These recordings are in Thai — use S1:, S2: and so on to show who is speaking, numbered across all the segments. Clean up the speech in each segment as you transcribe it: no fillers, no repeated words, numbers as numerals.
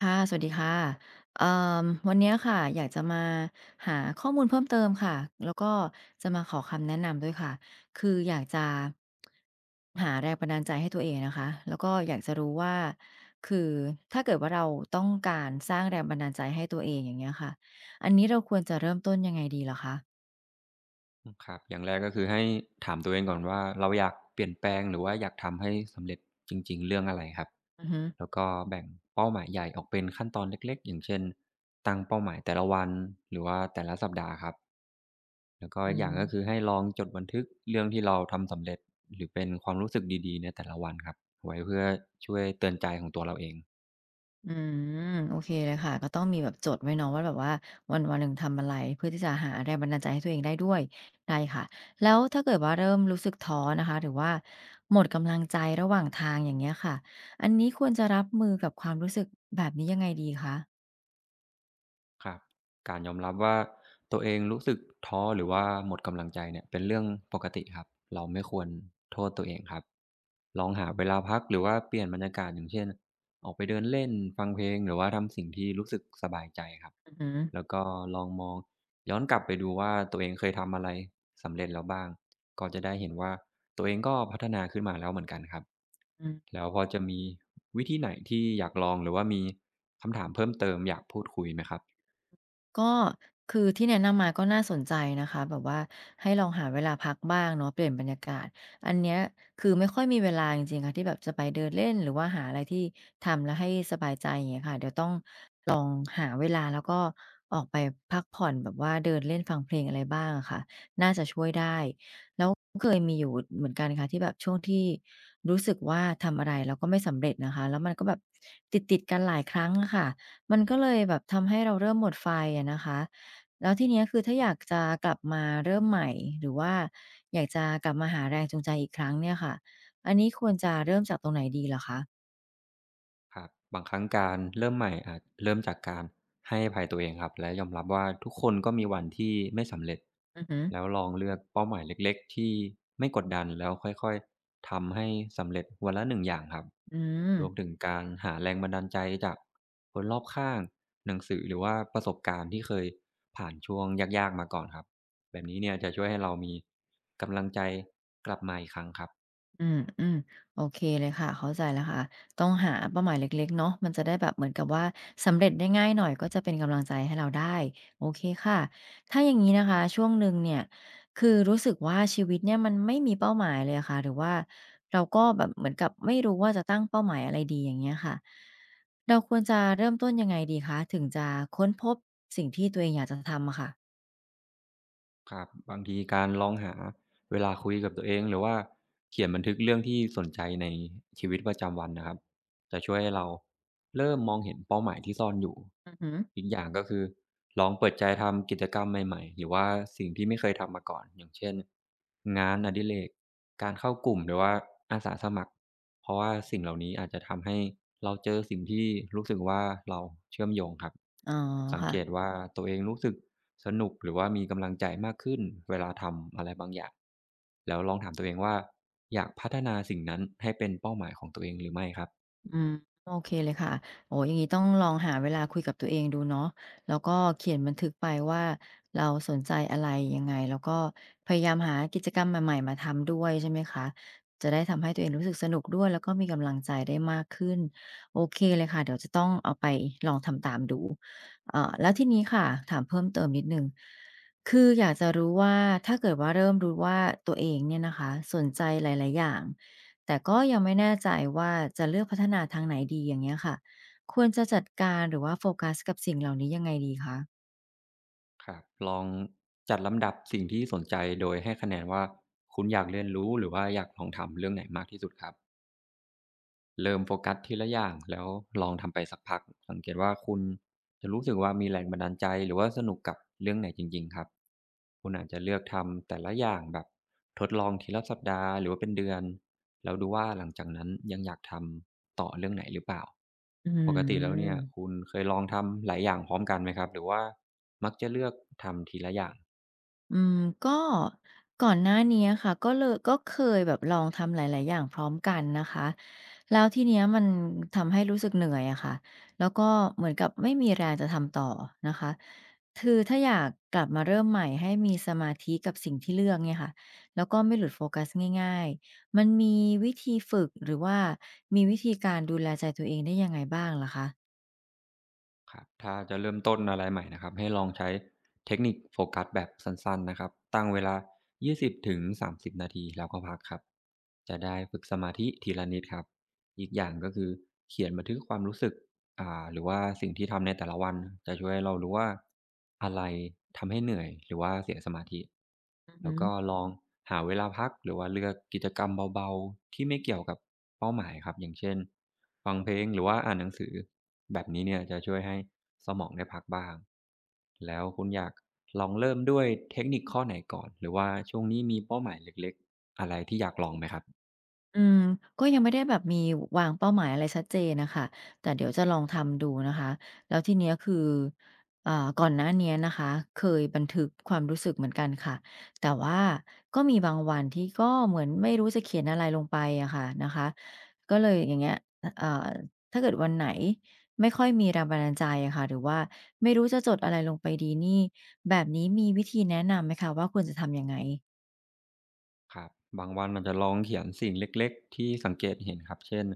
S1: ค่ะสวัสดีค่ะเอ่มวันเนี้ยค่ะ อยากจะมาหาข้อมูลเพิ่มเติมค่ะแล้วก็จะมาขอคำแนะนำด้วยค่ะ คืออยากจะหาแรงบันดาลใจให้ตัวเองนะคะ แล้วก็อยากจะรู้ว่า คือถ้าเกิดว่าเราต้องการสร้างแรงบันดาลใจให้ตัวเองอย่างเงี้ยค่ะ อันนี้เราควรจะเริ่มต้นยังไงดีเหรอคะ
S2: ครับอย่างแรกก็คือให้ถามตัวเองก่อนว่าเราอยากเปลี่ยนแปลงหรือว่าอยากทำให้สำเร็จจริงๆเรื่องอะไรครับ
S1: อือฮึ
S2: แล้วก็แบ่งเป้าหมายใหญ่ออกเป็นขั้นตอนเล็กๆอย่างเช่นตั้งเป้าหมายแต่ละวันหรือว่าแต่ละสัปดาห์ครับแล้วก็
S1: อื
S2: อีกอย่างก็คือ
S1: ม
S2: ให้ลองจดบันทึกเรื่องที่เราทำสำเร็จหรือเป็นความรู้สึกดีๆในแต่ละวันครับไว้เพื่อช่วยเตือนใจของตัวเราเอง
S1: อืมโอเคเลยค่ะก็ต้องมีแบบจดไว้เนาะว่าแบบว่าวันวันหนึ่งทำอะไรเพื่อที่จะหาแรงบันดาลใจให้ตัวเองได้ด้วยได้ค่ะแล้วถ้าเกิดว่าเริ่มรู้สึกท้อนะคะหรือว่าหมดกำลังใจระหว่างทางอย่างเงี้ยค่ะอันนี้ควรจะรับมือกับความรู้สึกแบบนี้ยังไงดีคะ
S2: ครับการยอมรับว่าตัวเองรู้สึกท้อหรือว่าหมดกำลังใจเนี่ยเป็นเรื่องปกติครับเราไม่ควรโทษตัวเองครับลองหาเวลาพักหรือว่าเปลี่ยนบรรยากาศอย่างเช่นออกไปเดินเล่นฟังเพลงหรือว่าทำสิ่งที่รู้สึกสบายใจครับ
S1: อือหือ
S2: แล้วก็ลองมองย้อนกลับไปดูว่าตัวเองเคยทำอะไรสำเร็จแล้วบ้างก็จะได้เห็นว่าตัวเองก็พัฒนาขึ้นมาแล้วเหมือนกันครับ
S1: อืม
S2: แล้วพอจะมีวิธีไหนที่อยากลองหรือว่ามีคำถามเพิ่มเติมอยากพูดคุยไหมครับ
S1: ก็คือที่แนะนำมาก็น่าสนใจนะคะแบบว่าให้ลองหาเวลาพักบ้างเนาะเปลี่ยนบรรยากาศอันเนี้ยคือไม่ค่อยมีเวลาจริงๆค่ะที่แบบจะไปเดินเล่นหรือว่าหาอะไรที่ทำแล้วให้สบายใจอย่างเงี้ยค่ะเดี๋ยวต้องลองหาเวลาแล้วก็ออกไปพักผ่อนแบบว่าเดินเล่นฟังเพลงอะไรบ้างอะค่ะน่าจะช่วยได้ เคยมีอยู่เหมือนกันค่ะที่แบบช่วงที่รู้สึกว่าทำอะไรแล้วก็ไม่สำเร็จนะคะแล้วมันก็แบบติดๆกันหลายครั้งอะค่ะมันก็เลยแบบทำให้เราเริ่มหมดไฟอะนะคะแล้วทีเนี้ยคือถ้าอยากจะกลับมาเริ่มใหม่หรือว่าอยากจะกลับมาหาแรงจูงใจอีกครั้งเนี่ยค่ะอันนี้ควรจะเริ่มจากตรงไหนดีเหรอคะ
S2: ครับบางครั้งการเริ่มใหม่อาจเริ่มจากการให้อภัยตัวเองครับและยอมรับว่าทุกคนก็มีวันที่ไม่สำเร็จ
S1: อือฮึ
S2: แล้วลองเลือกเป้าหมายเล็กๆที่ไม่กดดันแล้วค่อยๆทำให้สำเร็จวันละหนึ่งอย่างครับ
S1: อื
S2: รวม
S1: ม
S2: ถึงการหาแรงบันดาลใจจากคนรอบข้างหนังสือหรือว่าประสบการณ์ที่เคยผ่านช่วงยากๆมาก่อนครับแบบนี้เนี่ยจะช่วยให้เรามีกำลังใจกลับมาอีกครั้งครับ
S1: อืมอืมโอเคเลยค่ะเข้าใจแล้วค่ะต้องหาเป้าหมายเล็กๆเนาะมันจะได้แบบเหมือนกับว่าสำเร็จได้ง่ายหน่อยก็จะเป็นกำลังใจให้เราได้โอเคค่ะถ้าอย่างนี้นะคะช่วงหนึ่งเนี่ยคือรู้สึกว่าชีวิตเนี่ยมันไม่มีเป้าหมายเลยอะค่ะหรือว่าเราก็แบบเหมือนกับไม่รู้ว่าจะตั้งเป้าหมายอะไรดีอย่างเงี้ยค่ะเราควรจะเริ่มต้นยังไงดีคะถึงจะค้นพบสิ่งที่ตัวเองอยากจะทำอะค่ะ
S2: ครับบางทีการลองหาเวลาคุยกับตัวเองหรือว่าเขียนบันทึกเรื่องที่สนใจในชีวิตประจำวันนะครับจะช่วยให้เราเริ่มมองเห็นเป้าหมายที่ซ่อนอยู่
S1: อือหือ
S2: อีกอย่างก็คือลองเปิดใจทำกิจกรรมใหม่ๆหรือว่าสิ่งที่ไม่เคยทำมาก่อนอย่างเช่นงานอดิเรกการเข้ากลุ่มหรือว่าอาสาสมัครเพราะว่าสิ่งเหล่านี้อาจจะทำให้เราเจอสิ่งที่รู้สึกว่าเราเชื่อมโยงครับ
S1: อ๋อ
S2: สัง
S1: ค่ะ
S2: เกตว่าตัวเองรู้สึก สนุกหรือว่ามีกำลังใจมากขึ้นเวลาทำอะไรบางอย่างแล้วลองถามตัวเองว่าอยากพัฒนาสิ่งนั้นให้เป็นเป้าหมายของตัวเองหรือไม่ครับ
S1: อืมโอเคเลยค่ะโอ้อย่างนี้ต้องลองหาเวลาคุยกับตัวเองดูเนาะแล้วก็เขียนบันทึกไปว่าเราสนใจอะไรยังไงแล้วก็พยายามหากิจกรรมใหม่ๆมาทำด้วยใช่ไหมคะจะได้ทำให้ตัวเองรู้สึกสนุกด้วยแล้วก็มีกำลังใจได้มากขึ้นโอเคเลยค่ะเดี๋ยวจะต้องเอาไปลองทำตามดูแล้วทีนี้ค่ะถามเพิ่มเติมนิดนึงคืออยากจะรู้ว่าถ้าเกิดว่าเริ่มรู้ว่าตัวเองเนี่ยนะคะสนใจหลายๆอย่าง แต่ก็ยังไม่แน่ใจว่าจะเลือกพัฒนาทางไหนดีอย่างเงี้ยค่ะควรจะจัดการหรือว่าโฟกัสกับสิ่งเหล่านี้ยังไงดีคะ
S2: ครับลองจัดลำดับสิ่งที่สนใจโดยให้คะแนนว่าคุณอยากเรียนรู้หรือว่าอยากลองทำเรื่องไหนมากที่สุดครับ เริ่มโฟกัสทีละอย่างแล้วลองทำไปสักพักสังเกตว่าคุณจะรู้สึกว่ามีแรงบันดาลใจหรือว่าสนุกกับเรื่องไหนจริงๆครับคุณอาจจะเลือกทำแต่ละอย่างแบบทดลองทีละสัปดาห์หรือว่าเป็นเดือนแล้วดูว่าหลังจากนั้นยังอยากทำต่อเรื่องไหนหรือเปล่า
S1: อื
S2: ปกติแล้วเนี่ยคุณ
S1: ม
S2: เคยลองทำหลายอย่างพร้อมกันไหมครับหรือว่ามักจะเลือกทำทีละอย่าง
S1: อืมก็ก่อนหน้าเนี้ยค่ะก็เลยก็เคยแบบลองทำหลายๆอย่างพร้อมกันนะคะ แล้วทีเนี้ยมันทำให้รู้สึกเหนื่อยอะค่ะแล้วก็เหมือนกับไม่มีแรงจะทำต่อนะคะคือถ้าอยากกลับมาเริ่มใหม่ให้มีสมาธิกับสิ่งที่เลือกเนี่ยค่ะแล้วก็ไม่หลุดโฟกัสง่ายๆ มันมีวิธีฝึกหรือว่ามีวิธีการดูแลใจตัวเองได้ยังไงบ้างล่ะคะ
S2: ครับถ้าจะเริ่มต้นอะไรใหม่นะครับให้ลองใช้เทคนิคโฟกัสแบบสั้นๆนะครับตั้งเวลา20ถึง30นาทีแล้วก็พักครับจะได้ฝึกสมาธิทีละนิดครับอีกอย่างก็คือเขียนบันทึกความรู้สึก หรือว่าสิ่งที่ทำในแต่ละวันจะช่วยให้เรารู้ว่าอะไรทำให้เหนื่อยหรือว่าเสียสมาธิ
S1: อือฮึ
S2: แล้วก็ลองหาเวลาพักหรือว่าเลือกกิจกรรมเบาๆที่ไม่เกี่ยวกับเป้าหมายครับอย่างเช่นฟังเพลงหรือว่าอ่านหนังสือแบบนี้เนี่ยจะช่วยให้สมองได้พักบ้างแล้วคุณอยากลองเริ่มด้วยเทคนิคข้อไหนก่อนหรือว่าช่วงนี้มีเป้าหมายเล็กๆอะไรที่อยากลองไหมครับ
S1: อืมก็ยังไม่ได้แบบมีวางเป้าหมายอะไรชัดเจนนะคะแต่เดี๋ยวจะลองทำดูนะคะแล้วทีเนี้ยคืออ่าก่อนหน้าเนี้ยนะคะเคยบันทึกความรู้สึกเหมือนกันค่ะแต่ว่าก็มีบางวันที่ก็เหมือนไม่รู้จะเขียนอะไรลงไปอะค่ะนะคะก็เลยอย่างเงี้ยอเอ่อถ้าเกิดวันไหนไม่ค่อยมีแรงบันดาลใจอะค่ะหรือว่าไม่รู้จะจดอะไรลงไปดีนี่แบบนี้มีวิธีแนะนำไหมคะว่าควรจะทำยังไง
S2: ครับบางวันอาจจะลองเขียนสิ่งเล็กๆที่สังเกตเห็นครับเช่น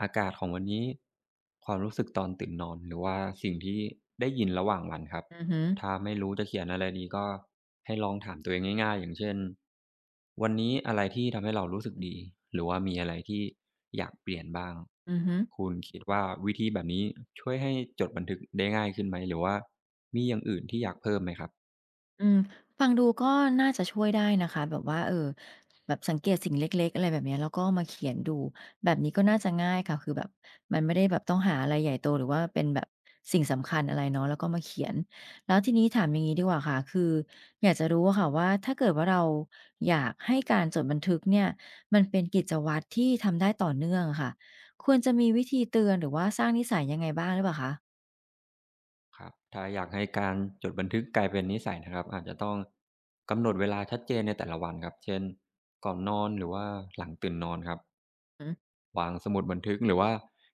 S2: อากาศของวันนี้ความรู้สึกตอนตื่นนอนหรือว่าสิ่งที่ได้ยินระหว่างวันครับ
S1: อือฮึ
S2: ถ้าไม่รู้จะเขียนอะไรดีก็ให้ลองถามตัวเองง่ายๆอย่างเช่นวันนี้อะไรที่ทำให้เรารู้สึกดีหรือว่ามีอะไรที่อยากเปลี่ยนบ้าง
S1: อือฮึ
S2: คุณคิดว่าวิธีแบบนี้ช่วยให้จดบันทึกได้ง่ายขึ้นไหมหรือว่ามีอย่างอื่นที่อยากเพิ่มไหมครับ
S1: อืมฟังดูก็น่าจะช่วยได้นะคะแบบว่าแบบสังเกตสิ่งเล็กๆอะไรแบบเนี้ยแล้วก็มาเขียนดูแบบนี้ก็น่าจะง่ายค่ะคือแบบมันไม่ได้แบบต้องหาอะไรใหญ่โตหรือว่าเป็นแบบสิ่งสำคัญอะไรเนาะแล้วก็มาเขียนแล้วทีนี้ถามอย่างงี้ดีกว่าค่ะคืออยากจะรู้อะค่ะว่าถ้าเกิดว่าเราอยากให้การจดบันทึกเนี่ยมันเป็นกิจวัตรที่ทำได้ต่อเนื่องอะค่ะควรจะมีวิธีเตือนหรือว่าสร้างนิสัยยังไงบ้างหรือเปล่าคะ
S2: ครับถ้าอยากให้การจดบันทึกกลายเป็นนิสัยนะครับอาจจะต้องกำหนดเวลาชัดเจนในแต่ละวันครับเช่นก่อนนอนหรือว่าหลังตื่นนอนครับ
S1: อือฮึ
S2: วางสมุดบันทึกหรือว่า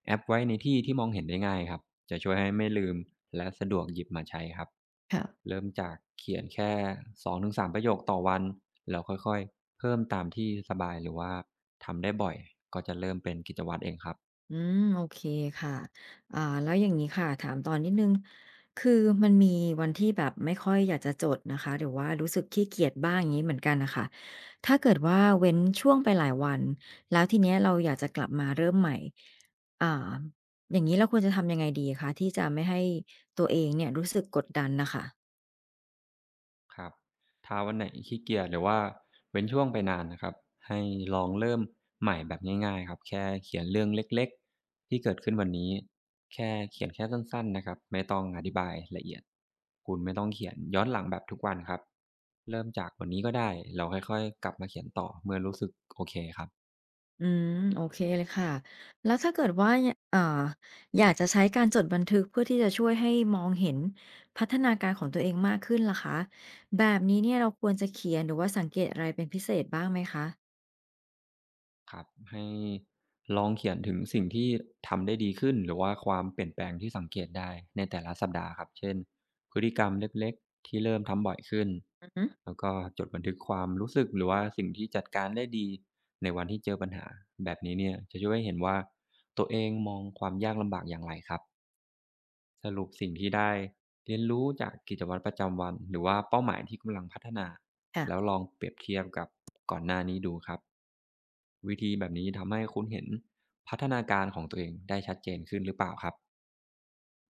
S2: แอปไว้ในที่ที่มองเห็นได้ง่ายครับจะช่วยให้ไม่ลืมและสะดวกหยิบมาใช้ครับ
S1: ค่ะ
S2: เริ่มจากเขียนแค่2-3ประโยคต่อวันแล้วค่อยๆเพิ่มตามที่สบายหรือว่าทำได้บ่อยก็จะเริ่มเป็นกิจวัตรเองครับ
S1: อืมโอเคค่ะอ่าแล้วอย่างนี้ค่ะถามต่อนิดนึงคือมันมีวันที่แบบไม่ค่อยอยากจะจดนะคะหรือว่ารู้สึกขี้เกียจบ้างอย่างนี้เหมือนกันนะคะถ้าเกิดว่าเว้นช่วงไปหลายวันแล้วทีเนี้ยเราอยากจะกลับมาเริ่มใหม่อ่าอย่างนี้เราควรจะทำยังไงดีคะที่จะไม่ให้ตัวเองเนี่ยรู้สึกกดดันนะคะ
S2: ครับถ้าวันไหนขี้เกียจหรือว่าเว้นช่วงไปนานนะครับให้ลองเริ่มใหม่แบบง่ายๆครับแค่เขียนเรื่องเล็กๆที่เกิดขึ้นวันนี้ แค่เขียนแค่สั้นๆนะครับไม่ต้องอธิบายละเอียดคุณไม่ต้องเขียนย้อนหลังแบบทุกวันครับเริ่มจากวันนี้ก็ได้เลาค่อยๆกลับมาเขียนต่อเมื่อรู้สึกโอเคครับ
S1: อืมโอเคเลยค่ะแล้วถ้าเกิดว่าเอ่ออยากจะใช้การจดบันทึกเพื่อที่จะช่วยให้มองเห็นพัฒนาการของตัวเองมากขึ้นล่ะคะแบบนี้เนี่ยเราควรจะเขียนหรือว่าสังเกตอะไรเป็นพิเศษบ้างไหมคะ
S2: ครับให้ลองเขียนถึงสิ่งที่ทำได้ดีขึ้นหรือว่าความเปลี่ยนแปลงที่สังเกตได้ในแต่ละสัปดาห์ครับเช่นพฤติกรรมเล็กๆที่เริ่มทำบ่อยขึ้น
S1: อือฮึ
S2: แล้วก็จดบันทึกความรู้สึกหรือว่าสิ่งที่จัดการได้ดีในวันที่เจอปัญหาแบบนี้เนี่ยจะช่วยให้เห็นว่าตัวเองมองความยากลำบากอย่างไรครับ สรุปสิ่งที่ได้เรียนรู้จากกิจวัตรประจำวันหรือว่าเป้าหมายที่กำลังพัฒนาแล้ว
S1: ค่ะ
S2: ลองเปรียบเทียบกับก่อนหน้านี้ดูครับวิธีแบบนี้ทำให้คุณเห็นพัฒนาการของตัวเองได้ชัดเจนขึ้นหรือเปล่าครับ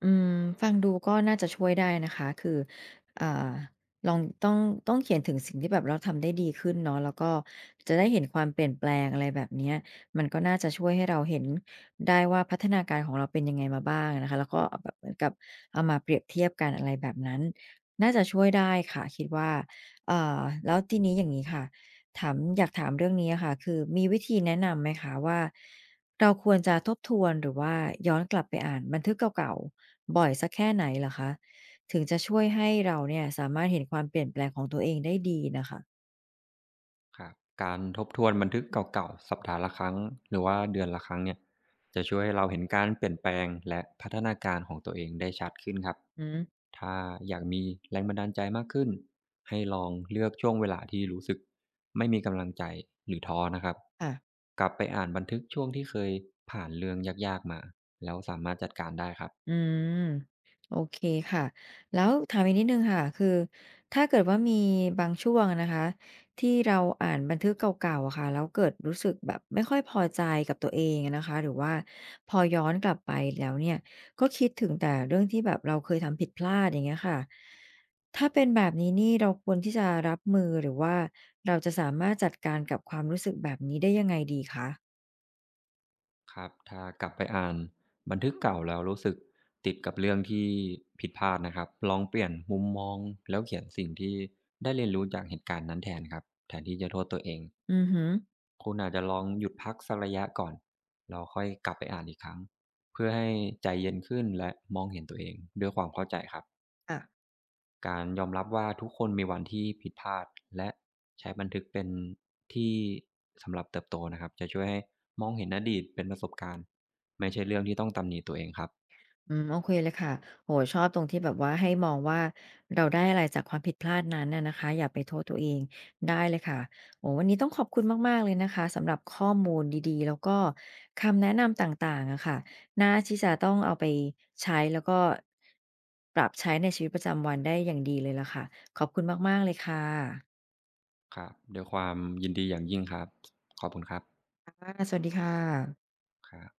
S1: อืมฟังดูก็น่าจะช่วยได้นะคะคืออ่าลองต้องต้องเขียนถึงสิ่งที่แบบเราทำได้ดีขึ้นเนาะแล้วก็จะได้เห็นความเปลี่ยนแปลงอะไรแบบเนี้ยมันก็น่าจะช่วยให้เราเห็นได้ว่าพัฒนาการของเราเป็นยังไงมาบ้างนะคะแล้วก็เอาแบบเหมือนกับเอามาเปรียบเทียบกันอะไรแบบนั้นน่าจะช่วยได้ค่ะคิดว่าเอ่อแล้วทีนี้อย่างงี้ค่ะถามอยากถามเรื่องนี้อะค่ะคือมีวิธีแนะนำไหมคะว่า เราควรจะทบทวนหรือว่าย้อนกลับไปอ่านบันทึกเก่าๆบ่อยสักแค่ไหนเหรอคะถึงจะช่วยให้เราเนี่ยสามารถเห็นความเปลี่ยนแปลงของตัวเองได้ดีนะคะ
S2: ครับการทบทวนบันทึกเก่าๆสัปดาห์ละครั้งหรือว่าเดือนละครั้งเนี่ยจะช่วยให้เราเห็นการเปลี่ยนแปลงและพัฒนาการของตัวเองได้ชัดขึ้นครับ
S1: อืม
S2: ถ้าอยากมีแรงบันดาลใจมากขึ้นให้ลองเลือกช่วงเวลาที่รู้สึกไม่มีกำลังใจหรือท้อนะครับ
S1: ค่ะ
S2: กลับไปอ่านบันทึกช่วงที่เคยผ่านเรื่องยากๆมาแล้วสามารถจัดการได้ครับ
S1: อืมโอเคค่ะแล้วถามอีกนิดหนึ่งค่ะคือถ้าเกิดว่ามีบางช่วงนะคะที่เราอ่านบันทึกเก่าๆอะค่ะแล้วเกิดรู้สึกแบบไม่ค่อยพอใจกับตัวเองนะคะหรือว่าพอย้อนกลับไปแล้วเนี่ยก็คิดถึงแต่เรื่องที่แบบเราเคยทำผิดพลาดอย่างเงี้ยค่ะถ้าเป็นแบบนี้นี่เราควรที่จะรับมือหรือว่าเราจะสามารถจัดการกับความรู้สึกแบบนี้ได้ยังไงดีคะ
S2: ครับถ้ากลับไปอ่านบันทึกเก่าแล้วรู้สึกติดกับเรื่องที่ผิดพลาดนะครับลองเปลี่ยนมุมมองแล้วเขียนสิ่งที่ได้เรียนรู้จากเหตุการณ์นั้นแทนครับแทนที่จะโทษตัวเอง
S1: อือฮึอ
S2: คุณอาจจะลองหยุดพักสักระยะก่อนเราค่อยกลับไปอ่านอีกครั้งเพื่อให้ใจเย็นขึ้นและมองเห็นตัวเองด้วยความเข้าใจครับ
S1: อ่ะ
S2: การยอมรับว่าทุกคนมีวันที่ผิดพลาดและใช้บันทึกเป็นที่สำหรับเติบโตนะครับจะช่วยให้มองเห็นอดีตเป็นประสบการณ์ไม่ใช่เรื่องที่ต้องตำหนิตัวเองครับ
S1: อืมโอเคเลยค่ะโหชอบตรงที่แบบว่าให้มองว่าเราได้อะไรจากความผิดพลาดนั้นน่ะนะคะอย่าไปโทษตัวเองได้เลยค่ะโอ้โฮวันนี้ต้องขอบคุณมากๆเลยนะคะสำหรับข้อมูลดีๆแล้วก็คำแนะนำต่างๆอะค่ะน่าที่จะต้องเอาไปใช้แล้วก็ปรับใช้ในชีวิตประจำวันได้อย่างดีเลยล่ะค่ะขอบคุณมากๆเลยค่ะ
S2: ครับด้วยความยินดีอย่างยิ่งครับขอบคุณครับ
S1: ค่ะสวัสดีค่ะ
S2: ครับ